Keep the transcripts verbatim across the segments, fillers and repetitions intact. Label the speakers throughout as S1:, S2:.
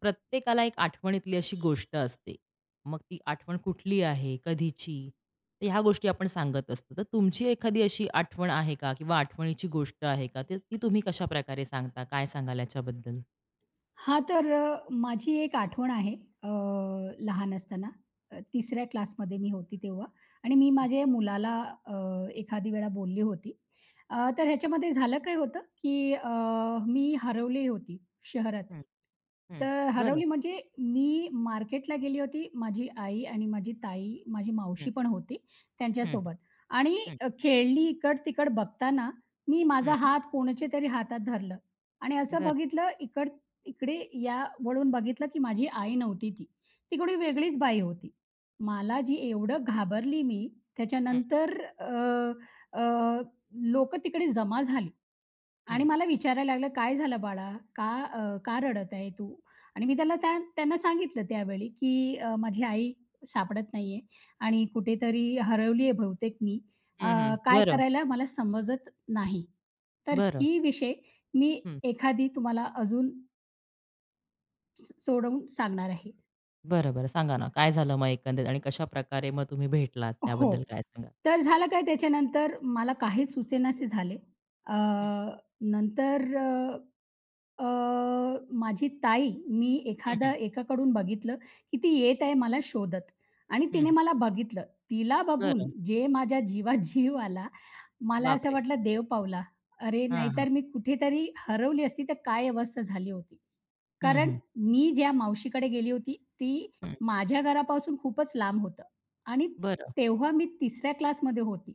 S1: प्रत्येकाला एक आठवणीतली अशी गोष्ट असते. मग ती आठवण कुठली आहे, कधीची? तर ह्या गोष्टी आपण सांगत असतो. तर तुमची एखादी अशी आठवण आहे का किंवा आठवणीची गोष्ट आहे का? तर ती तुम्ही कशा कशाप्रकारे सांगता? काय सांगाल याच्याबद्दल?
S2: हां, तर अ, माझी एक आठवण आहे. अ, लहान असताना अ, 3ऱ्या क्लासमध्ये मी होती तेव्हा आणि मी
S1: हं,
S2: माझ्या मुलाला अ, एखादी वेळा बोलली होती. अ, तर ह्याच्यामध्ये झालं काय होतं, की अ, मी हरवली होती शहरात.
S1: हं, हं.
S2: तर
S1: बरं.
S2: हरवली म्हणजे मी मार्केटला गेली होती. माझी आई आणि माझी ताई, माझी
S1: हं,
S2: मावशी पण होती
S1: हं,
S2: त्यांच्यासोबत आणि
S1: हं,
S2: अ, खेळली इकड-तिकड बघताना मी
S1: हं,
S2: माझा
S1: हं.
S2: हात कोणाच्या तरी हातात धरलं आणि असं
S1: बरं.
S2: बघितलं इकडे या वळून बघितलं, की माझी आई नव्हती ती. ती थोडी वेगळीच बाई होती. मला जी एवढं घाबरली मी,
S1: हं,
S2: त्याच्यानंतर अ, अ, लोकं तिकडे जमा झाली आणि
S1: हं.
S2: मला विचारायला लागलं, "काय झालं बाळा? का अ, का रडत आहे तू?" आणि मी त्याला त्या त्यांना सांगितलं त्यावेळी, की अ, "माझी आई सापडत नाहीये आणि कुठेतरी हरवली आहे बहुतेक मी. अ,
S1: हं, हं.
S2: काय
S1: बरं,
S2: करायला मला समजत नाही." तर
S1: बरं.
S2: ही विषय मी
S1: हं.
S2: एखादी तुम्हाला अजून स सोडवून सांगणार आहे.
S1: बरं, बरं. सांगा ना काय झालं मग एकंदरीत आणि कशाप्रकारे मग तुम्ही भेटलात
S2: हो.
S1: त्याबद्दल काय सांगाल?
S2: तर झालं काय त्याच्यानंतर मला काहीच सुचेनासे झाले. अ,
S1: हं,
S2: नंतर अ, अ, माझी ताई, मी एखादा
S1: हं,
S2: एकाकडून बघितलं, की ती येत आहे मला शोधत आणि
S1: हं,
S2: तिने
S1: हं.
S2: मला बघितलं. तिला बघून
S1: बरं.
S2: जे माझ्या जीवात जीव आला, मला असं
S1: बापरे!
S2: वाटलं देव पावला. अरे,
S1: हां, हां.
S2: नाहीतर मी कुठेतरी हरवली असती तर काय अवस्था झाली होती.
S1: हं,
S2: कारण
S1: हं.
S2: मी ज्या मावशीकडे गेली होती, ती
S1: हं.
S2: माझ्या घरापासून खूपच लांब होतं आणि
S1: बरं.
S2: तेव्हा मी 3ऱ्या क्लासमध्ये होती.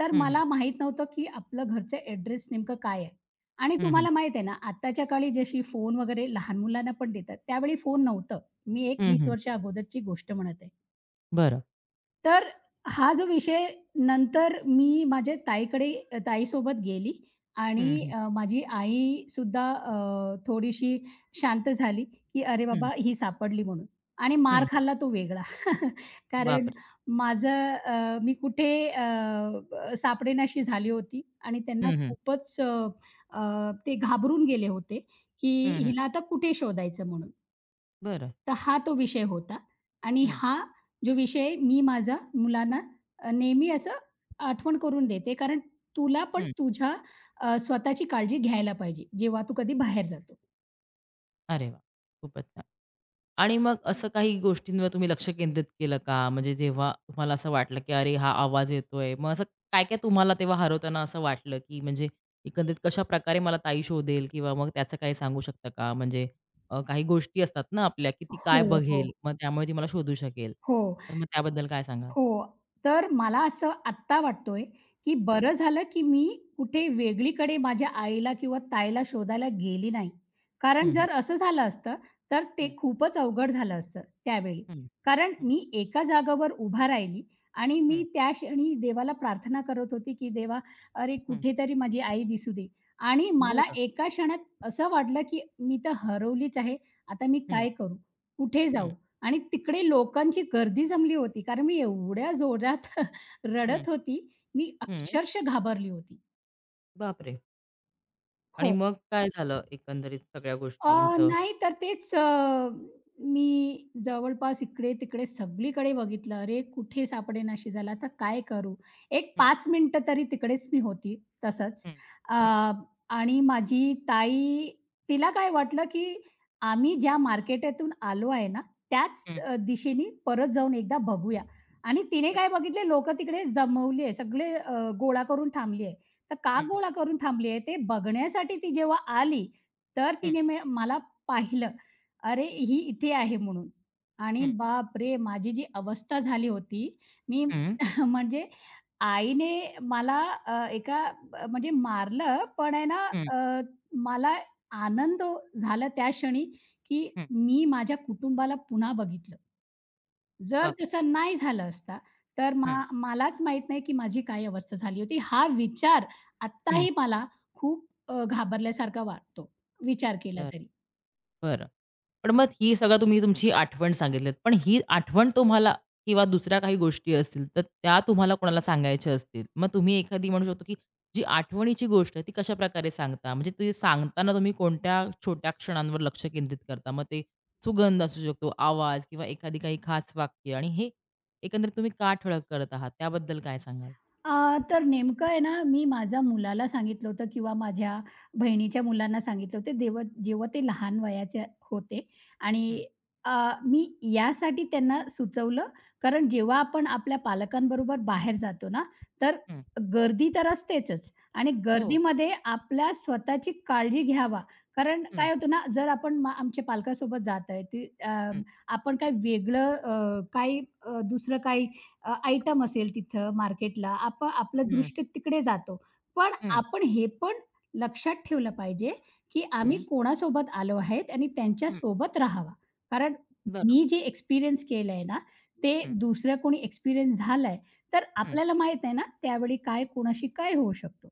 S2: तर
S1: हं, हं.
S2: मला माहीत नव्हतं, की आपलं घरचं ॲड्रेस नेमकं काय आहे. आणि
S1: हं, हं.
S2: तुम्हाला माहीत आहे ना, आत्ताच्या काळी जशी फोन वगैरे लहान मुलांना पण देतात, त्यावेळी फोन नव्हतं. मी एक
S1: हं,
S2: वीस
S1: हं.
S2: वर्षा अगोदरची गोष्ट म्हणत आहे.
S1: बरं.
S2: तर हा जो विषय नंतर मी माझ्या ताईकडे ताईसोबत गेली
S1: हं,
S2: आणि
S1: हं.
S2: अ, माझी आई सुद्धा अ, थोडीशी शांत झाली, की "अरे
S1: हं,
S2: बाबा, ही सापडली" म्हणून आणि मार
S1: हं.
S2: खाल्ला तो वेगळा. कारण
S1: बापरे!
S2: माझं अ, मी कुठे अ, अ, सापडेनाशी झाली होती आणि त्यांना
S1: हं, हं.
S2: खूपच अ, अ, ते घाबरून गेले होते, की
S1: हं, हं.
S2: हिला आता कुठे शोधायचं म्हणून.
S1: बरं.
S2: तर हा तो विषय होता आणि
S1: हं,
S2: हा जो विषय मी माझा मुलांना अ, नेहमी असं आठवण करून देते. कारण तुला पण
S1: हं.
S2: तुझ्या अ, स्वतःची काळजी घ्यायला पाहिजे, जेव्हा तू कधी बाहेर जातो.
S1: अरे वाह! खूपच छान. आणि मग असं काही गोष्टींवर तुम्ही लक्ष केंद्रित केलं का? म्हणजे जेव्हा तुम्हाला असं वाटलं, की अरे हा आवाज येतोय. मग असं काय-काय तुम्हाला तेव्हा हरवताना असं वाटलं, की म्हणजे एकंदरीत कशाप्रकारे मला ताई शोधेल किंवा मग त्याचं काही सांगू शकता का? म्हणजे अ, काही गोष्टी असतात ना आपल्या, की ती काय
S2: हो, हो.
S1: बघेल, मग त्यामुळे ती मला शोधू शकेल.
S2: हो.
S1: तर मग त्याबद्दल काय सांगाल?
S2: हो. तर मला असं आत्ता वाटतोय, की
S1: हं.
S2: बरं झालं, की मी कुठे वेगळीकडे माझ्या आईला किंवा ताईला शोधायला गेली नाही. कारण
S1: हं, हं.
S2: जर असं झालं असतं, तर ते
S1: हं,
S2: खूपच अवघड झालं असतं त्यावेळी.
S1: हं.
S2: कारण
S1: हं.
S2: मी एका जागेवर उभा राहिली आणि मी
S1: हं,
S2: त्या क्षणी देवाला प्रार्थना करत होती, की देवा, अरे
S1: हं.
S2: कुठेतरी माझी आई दिसू दे. आणि मला
S1: बरं.
S2: एका क्षणात असं वाटलं, की मी तर हरवलीच आहे. आता मी
S1: हं,
S2: काय करू? कुठे जाऊ?
S1: हं,
S2: आणि तिकडे लोकांची गर्दी जमली होती. कारण मी एवढ्या जोरात
S1: हं,
S2: रडत होती, मी
S1: हं.
S2: अक्षरशः घाबरली होती.
S1: बापरे! आणि
S2: हो.
S1: मग काय झालं एकंदरीत सगळ्या
S2: अ,
S1: गोष्टींचं?
S2: नाही तर तेच अ, मी जवळपास इकडे-तिकडे सगळीकडे बघितलं. अरे, कुठे सापडेनाशी झाला, आता काय करू? एक
S1: हं,
S2: पाच मिनिटं तरी तिकडेच मी होती तसंच.
S1: हं,
S2: अ,
S1: हं,
S2: आणि माझी ताई तिला काय वाटलं, की आम्ही ज्या मार्केटातून आलो आहे ना, त्याच
S1: हं.
S2: अ, दिशेने परत जाऊन एकदा बघूया. आणि तिने
S1: बरं.
S2: काय बघितले, लोकं तिकडे जमवली आहे. सगळे अ, गोळा करून थांबली आहे. तर का
S1: हं, हं,
S2: गोळा करून थांबली आहे, ते बघण्यासाठी ती जेव्हा आली, तर
S1: हं,
S2: तिने मे मला पाहिलं. अरे, ही इथे आहे म्हणून आणि
S1: हं,
S2: बाप बापरे! माझी जी अवस्था झाली होती, मी
S1: हं,
S2: म्हणजे आईने मला अ, एका अ, म्हणजे मारलं पण आहे ना
S1: हं,
S2: अ, मला आनंद झाला त्या क्षणी, की
S1: हं.
S2: मी माझ्या कुटुंबाला पुन्हा बघितलं. जर
S1: बापरे!
S2: तसं नाही झालं असता, तर मा
S1: हं,
S2: मलाच माहीत नाही, की माझी काय अवस्था झाली होती. हा विचार
S1: हं.
S2: आत्ताही मला खूप अ, घाबरल्यासारखा वाटतो. विचार केला तरी.
S1: बरं. पण मग ही सगळं तुम्ही तुमची आठवण सांगितलीत. पण ही आठवण तुम्हाला किंवा दुसऱ्या काही गोष्टी असतील, तर त्या तुम्हाला कोणाला सांगायच्या असतील, मग तुम्ही एखादी म्हणू शकतो, की जी आठवणीची गोष्ट आहे, ती कशाप्रकारे सांगता? म्हणजे ती सांगताना तुम्ही कोणत्या छोट्या क्षणांवर लक्ष केंद्रित करता? मग ते सुगंध असू शकतो, आवाज किंवा एखादी काही खास वाक्य आणि हे एकंदरीत तुम्ही का ठळक करत आहात? त्याबद्दल काय सांगाल?
S2: अ, तर नेमकं आहे ना, मी माझ्या मुलाला सांगितलं होतं किंवा माझ्या बहिणीच्या मुलांना सांगितलं होतं देव जेव्हा ते लहान वयाचे होते आणि
S1: हं,
S2: अ, मी यासाठी त्यांना सुचवलं, कारण जेव्हा आपण आपल्या पालकांबरोबर बाहेर जातो ना, तर
S1: हं.
S2: गर्दी तर असतेचच आणि
S1: हो.
S2: गर्दीमध्ये आपल्या स्वतःची काळजी घ्यावा. कारण
S1: हं,
S2: काय होतं ना, जर आपण मा आमच्या पालकासोबत जात आहे, ती अ,
S1: हं,
S2: आपण काय वेगळं अ, काही अ, दुसरं काही अ, आयटम असेल तिथं मार्केटला, आपण आपलं
S1: हं,
S2: दृष्टी तिकडे जातो. पण
S1: हं,
S2: आपण हे पण लक्षात ठेवलं पाहिजे, की आम्ही
S1: हं,
S2: कोणासोबत आलो आहेत आणि
S1: हं.
S2: त्यांच्यासोबत राहावा. कारण
S1: बरोबर.
S2: मी जे एक्सपिरियन्स केलंय ना, ते
S1: हं,
S2: दुसरं कोणी एक्सपिरियन्स झालाय, तर
S1: हं.
S2: आपल्याला माहीत आहे ना, त्यावेळी काय कोणाशी काय होऊ शकतो.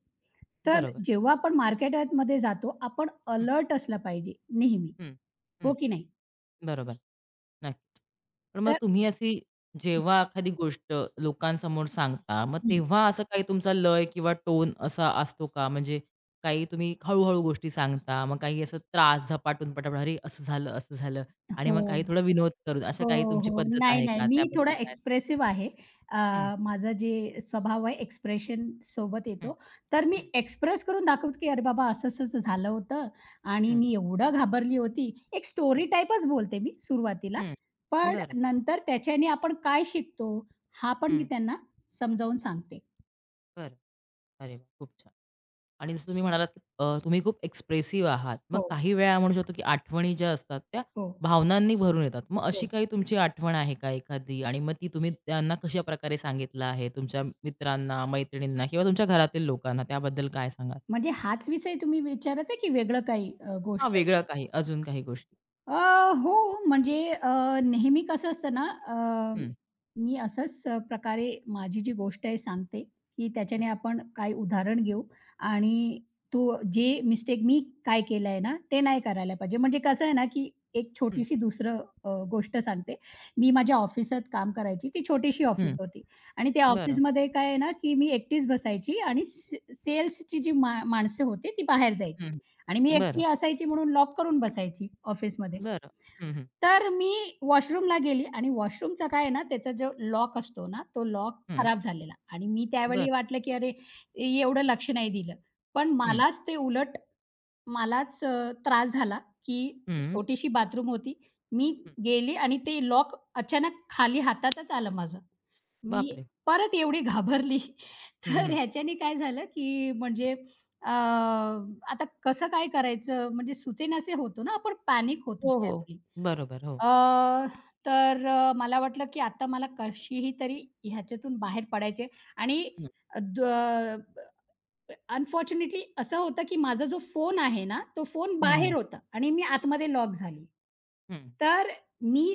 S2: तर
S1: बरोबर.
S2: जेव्हा आपण मार्केटमध्ये जातो, आपण अलर्ट असलं पाहिजे नेहमी,
S1: हं,
S2: हो
S1: हं.
S2: की नाही?
S1: बरोबर. नक्कीच. पण मग
S2: तर
S1: तुम्ही अशी जेव्हा एखादी गोष्ट लोकांसमोर सांगता, मग
S2: हं.
S1: तेव्हा असं काही तुमचा लय किंवा टोन असा असतो का? म्हणजे काही तुम्ही हळू गोष्टी सांगता, मग काही असं त्रास झपाटून पटापट, "अरे, असं झालं, असं झालं" आणि
S2: हो.
S1: मग काही थोडा विनोद करून, अशा
S2: हो,
S1: काही तुमची
S2: हो.
S1: पद्धत
S2: नाही,
S1: आहे
S2: नाही.
S1: का?
S2: मी थोडा
S1: त्याबद्दल काय?
S2: एक्सप्रेसिव्ह आहे. अ,
S1: हं,
S2: माझं जे स्वभाव आहे एक्सप्रेशन सोबत
S1: हं,
S2: येतो. तर मी
S1: हं,
S2: एक्सप्रेस करून दाखवते, की "अरे बाबा असं-असं झालं होतं आणि
S1: हं,
S2: मी एवढं घाबरली होती." एक
S1: हं,
S2: स्टोरी टाइपच बोलते मी सुरुवातीला.
S1: हं.
S2: पण
S1: बरं.
S2: नंतर त्याच्याने आपण काय शिकतो, हा पण मी
S1: हं.
S2: त्यांना समजावून सांगते.
S1: बरं. अरे वाह! खूप छान. आणि जसं तुम्ही म्हणालात, की अ, तुम्ही खूप एक्सप्रेसिव्ह आहात. मग
S2: हो,
S1: काही वेळा म्हणू शकतो, की आठवणी ज्या असतात त्या
S2: हो,
S1: भावनांनी भरून येतात. मग अशी
S2: हो.
S1: काही तुमची आठवण आहे का एखादी? आणि मग ती तुम्ही त्यांना कशा प्रकारे सांगितलं आहे? तुमच्या मित्रांना, मैत्रिणींना किंवा तुमच्या घरातील लोकांना त्याबद्दल काय सांगाल?
S2: म्हणजे हाच विषय तुम्ही विचारत आहे, की वेगळं काही अ,
S1: हां,
S2: गोष्ट?
S1: वेगळं काही अजून काही गोष्टी.
S2: अ, हो, म्हणजे अ, नेहमी कसं असतं ना, अ,
S1: हं,
S2: मी असंच प्रकारे माझी जी गोष्ट आहे सांगते, की
S1: हं,
S2: त्याच्याने आपण काही उदाहरण घेऊ आणि तो जे मिस्टेक मी काय केलं आहे ना, ते नाही करायला पाहिजे. म्हणजे कसं आहे ना, की एक
S1: हं,
S2: छोटीशी दुसरं अ, गोष्ट सांगते. मी माझ्या ऑफिसात काम करायची. ती छोटीशी ऑफिस
S1: हं.
S2: होती आणि त्या
S1: बरं.
S2: ऑफिसमध्ये काय आहे ना, की मी एकटीच बसायची आणि से सेल्सची जी मा माणसं होती ती बाहेर जायची
S1: हं,
S2: आणि मी
S1: बरं,
S2: एकटी असायची म्हणून लॉक करून बसायची ऑफिसमध्ये.
S1: बरं. हं, हं,
S2: तर मी वॉशरूमला गेली आणि वॉशरूमचा काय आहे ना, त्याचा जो लॉक असतो ना, तो लॉक
S1: हं.
S2: खराब झालेला आणि मी
S1: बरं.
S2: त्यावेळी वाटलं, की अरे, एवढं लक्ष नाही दिलं. पण
S1: हं,
S2: मलाच ते उलट मलाच अ, त्रास झाला, की
S1: हं,
S2: छोटीशी बाथरूम होती. मी
S1: हं.
S2: गेली आणि ते लॉक अचानक खाली हातातच आलं माझं. मी
S1: बापरे!
S2: परत एवढी घाबरली.
S1: हं,
S2: तर
S1: हं.
S2: ह्याच्याने काय झालं, की म्हणजे अ, आता कसं काय करायचं म्हणजे सुचेनासे होतो ना, आपण पॅनिक होतो
S1: हो, हो.
S2: त्यावेळी.
S1: बरोबर. हो.
S2: अ, तर अ, मला वाटलं की आता मला कशीही तरी ह्याच्यातून बाहेर पडायचे आणि
S1: हं,
S2: द अनफॉर्च्युनेटली असं होतं, की माझा जो फोन आहे ना, तो फोन
S1: हं, हं.
S2: बाहेर होता आणि मी आतमध्ये लॉक झाली.
S1: हं, हं.
S2: तर मी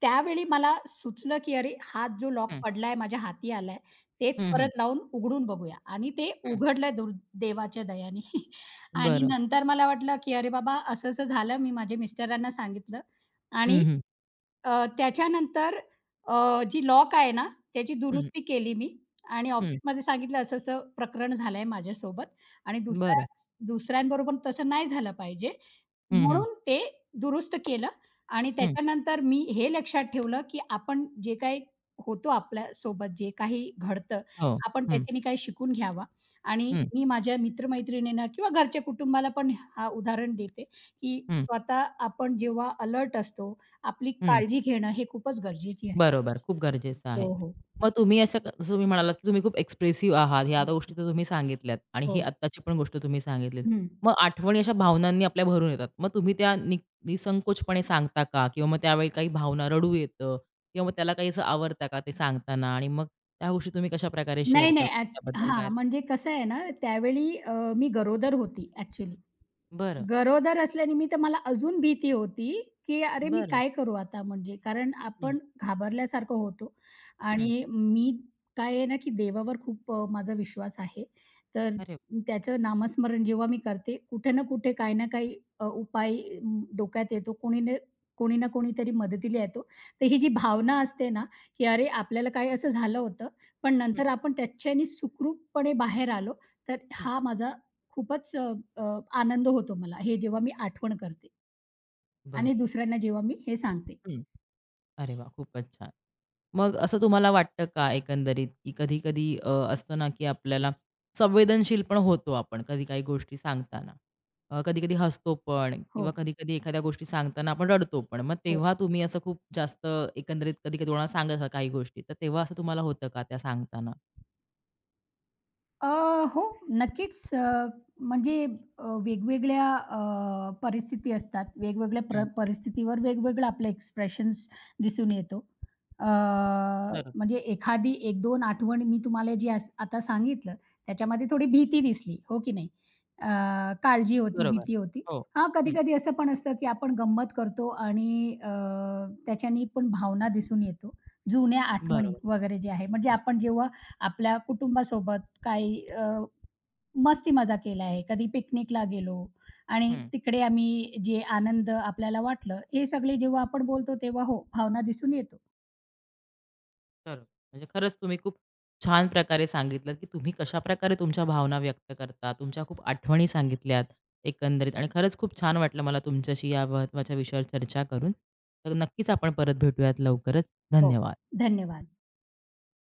S2: त्यावेळी मला सुचलं, की "अरे, हात जो लॉक पडलाय, माझ्या हाती आलाय, तेच
S1: हं,
S2: परत लावून उघडून बघूया." आणि ते उघडलं दुर् देवाच्या दयाने. आणि
S1: बरं.
S2: नंतर मला वाटलं, की "अरे बाबा, असं-असं झालं." मी माझ्या मिस्टरांना सांगितलं
S1: हं,
S2: आणि
S1: हं.
S2: अ, त्याच्यानंतर अ, जी लॉक आहे ना, त्याची
S1: हं,
S2: दुरुस्ती केली मी आणि
S1: हं.
S2: ऑफिसमध्ये सांगितलं असं-असं प्रकरण झालंय माझ्यासोबत आणि दुसऱ्या
S1: बरं.
S2: दुसऱ्यांबरोबर तसं नाही झालं पाहिजे
S1: हं, हं.
S2: म्हणून ते दुरुस्त केलं आणि
S1: हं.
S2: त्याच्यानंतर मी हे लक्षात ठेवलं, की आपण जे काही होतो आपल्यासोबत जे काही घडतं,
S1: हो.
S2: आपण
S1: हं,
S2: त्याच्याने काही शिकून घ्यावा आणि
S1: हं,
S2: मी माझ्या मित्र किंवा घरच्या कुटुंबाला पण हा उदाहरण देते, की
S1: हं,
S2: स्वतः आपण जेव्हा अलर्ट असतो, आपली
S1: हं.
S2: काळजी घेणं हे खूपच गरजेची आहे.
S1: बरोबर. खूप गरजेचं आहे.
S2: हो, हो.
S1: मग तुम्ही असं क जसं तुम्ही म्हणालात, की तुम्ही खूप एक्सप्रेसिव्ह आहात. ह्या आता गोष्टी
S2: हो,
S1: तर तुम्ही सांगितल्यात आणि ही
S2: हो.
S1: आत्ताची पण गोष्ट तुम्ही सांगितलीत.
S2: हं.
S1: मग आठवणी अशा भावनांनी आपल्या भरून येतात. मग तुम्ही त्या नि निसंकोचपणे सांगता का? किंवा मग त्यावेळी काही भावना रडू येतं किंवा मग त्याला काही असं आवरतं का ते सांगताना? आणि मग त्या गोष्टी तुम्ही कशाप्रकारे
S2: नाही,
S1: शेअर
S2: नाही.
S1: करता
S2: ॲक्
S1: त्याबद्दल काय
S2: हां,
S1: सांगाल?
S2: म्हणजे कसं आहे ना, त्यावेळी अ, मी गरोदर होती ॲक्चुअली.
S1: बरं,
S2: गरोदर असल्यानिमित्त मला अजून भीती होती, की अरे मी
S1: बरं.
S2: काय करू आता म्हणजे कारण
S1: हं,
S2: आपण घाबरल्यासारखं होतो
S1: हं.
S2: आणि मी काय आहे ना, की देवावर खूप अ, माझा विश्वास आहे. तर
S1: अरे वाह!
S2: त्याचं नामस्मरण जेव्हा मी करते, कुठे ना कुठे काही ना काही अ, उपाय अं, डोक्यात येतो. कोणी न कोणी ना कोणीतरी मदतीला येतो. तर ही जी भावना असते ना, की अरे आपल्याला काही असं झालं होतं, पण
S1: हं,
S2: नंतर आपण त्याच्याने सुखरूपपणे बाहेर आलो. तर
S1: हं.
S2: हा माझा खूपच अ, अ, आनंद होतो मला हे जेव्हा मी आठवण करते आणि
S1: बरं.
S2: दुसऱ्यांना जेव्हा मी हे सांगते.
S1: हं. अरे वा, खूपच छान. मग असं तुम्हाला वाटतं का एकंदरीत, की कधी-कधी अ, असतं ना, की आपल्याला संवेदनशील पण होतो आपण कधी काही गोष्टी सांगताना. अ, कधी-कधी हसतो पण
S2: हो,
S1: किंवा कधी-कधी एखाद्या गोष्टी सांगताना आपण रडतो पण. मग
S2: हो.
S1: तेव्हा तुम्ही असं खूप जास्त एकंदरीत कधी-कधी कोणाला सांगत असाल काही गोष्टी, तर तेव्हा असं तुम्हाला होतं का त्या सांगताना?
S2: अ, हो, नक्कीच. अ, म्हणजे अ, वेगवेगळ्या अ, परिस्थिती असतात. वेगवेगळ्या
S1: हं.
S2: प्र परिस्थितीवर वेगवेगळं आपलं एक्सप्रेशन्स दिसून येतो. अ,
S1: बरोबर.
S2: म्हणजे एखादी एक-दोन आठवण मी तुम्हाला जी आज आता सांगितलं, त्याच्यामध्ये थोडी भीती दिसली, हो की नाही? अ, काळजी होती,
S1: बरोबर.
S2: भीती होती.
S1: हो.
S2: हां,
S1: हं.
S2: कधी-कधी असं पण असतं, की आपण गंमत करतो आणि अ, त्याच्यानी पण भावना दिसून येतो. जुन्या आठवणी
S1: बरोबर.
S2: वगैरे जे आहे, म्हणजे
S1: हं.
S2: आपण जेव्हा आपल्या कुटुंबासोबत काही अ, मस्ती मजा केला आहे. कधी पिकनिकला गेलो आणि
S1: हं.
S2: तिकडे आम्ही जे आनंद आपल्याला वाटलं, हे सगळे जेव्हा आपण बोलतो तेव्हा हो, भावना दिसून येतो.
S1: खरं. म्हणजे खरंच तुम्ही खूप छान प्रकारे सांगितलंत, की तुम्ही कशाप्रकारे तुमच्या भावना व्यक्त करता. तुमच्या खूप आठवणी सांगितल्यात एकंदरीत आणि खरंच खूप छान वाटलं मला तुमच्याशी या महत्त्वाच्या विषयावर चर्चा करून. तर नक्कीच आपण परत भेटूयात लवकरच.
S2: हो,
S1: धन्यवाद.
S2: धन्यवाद.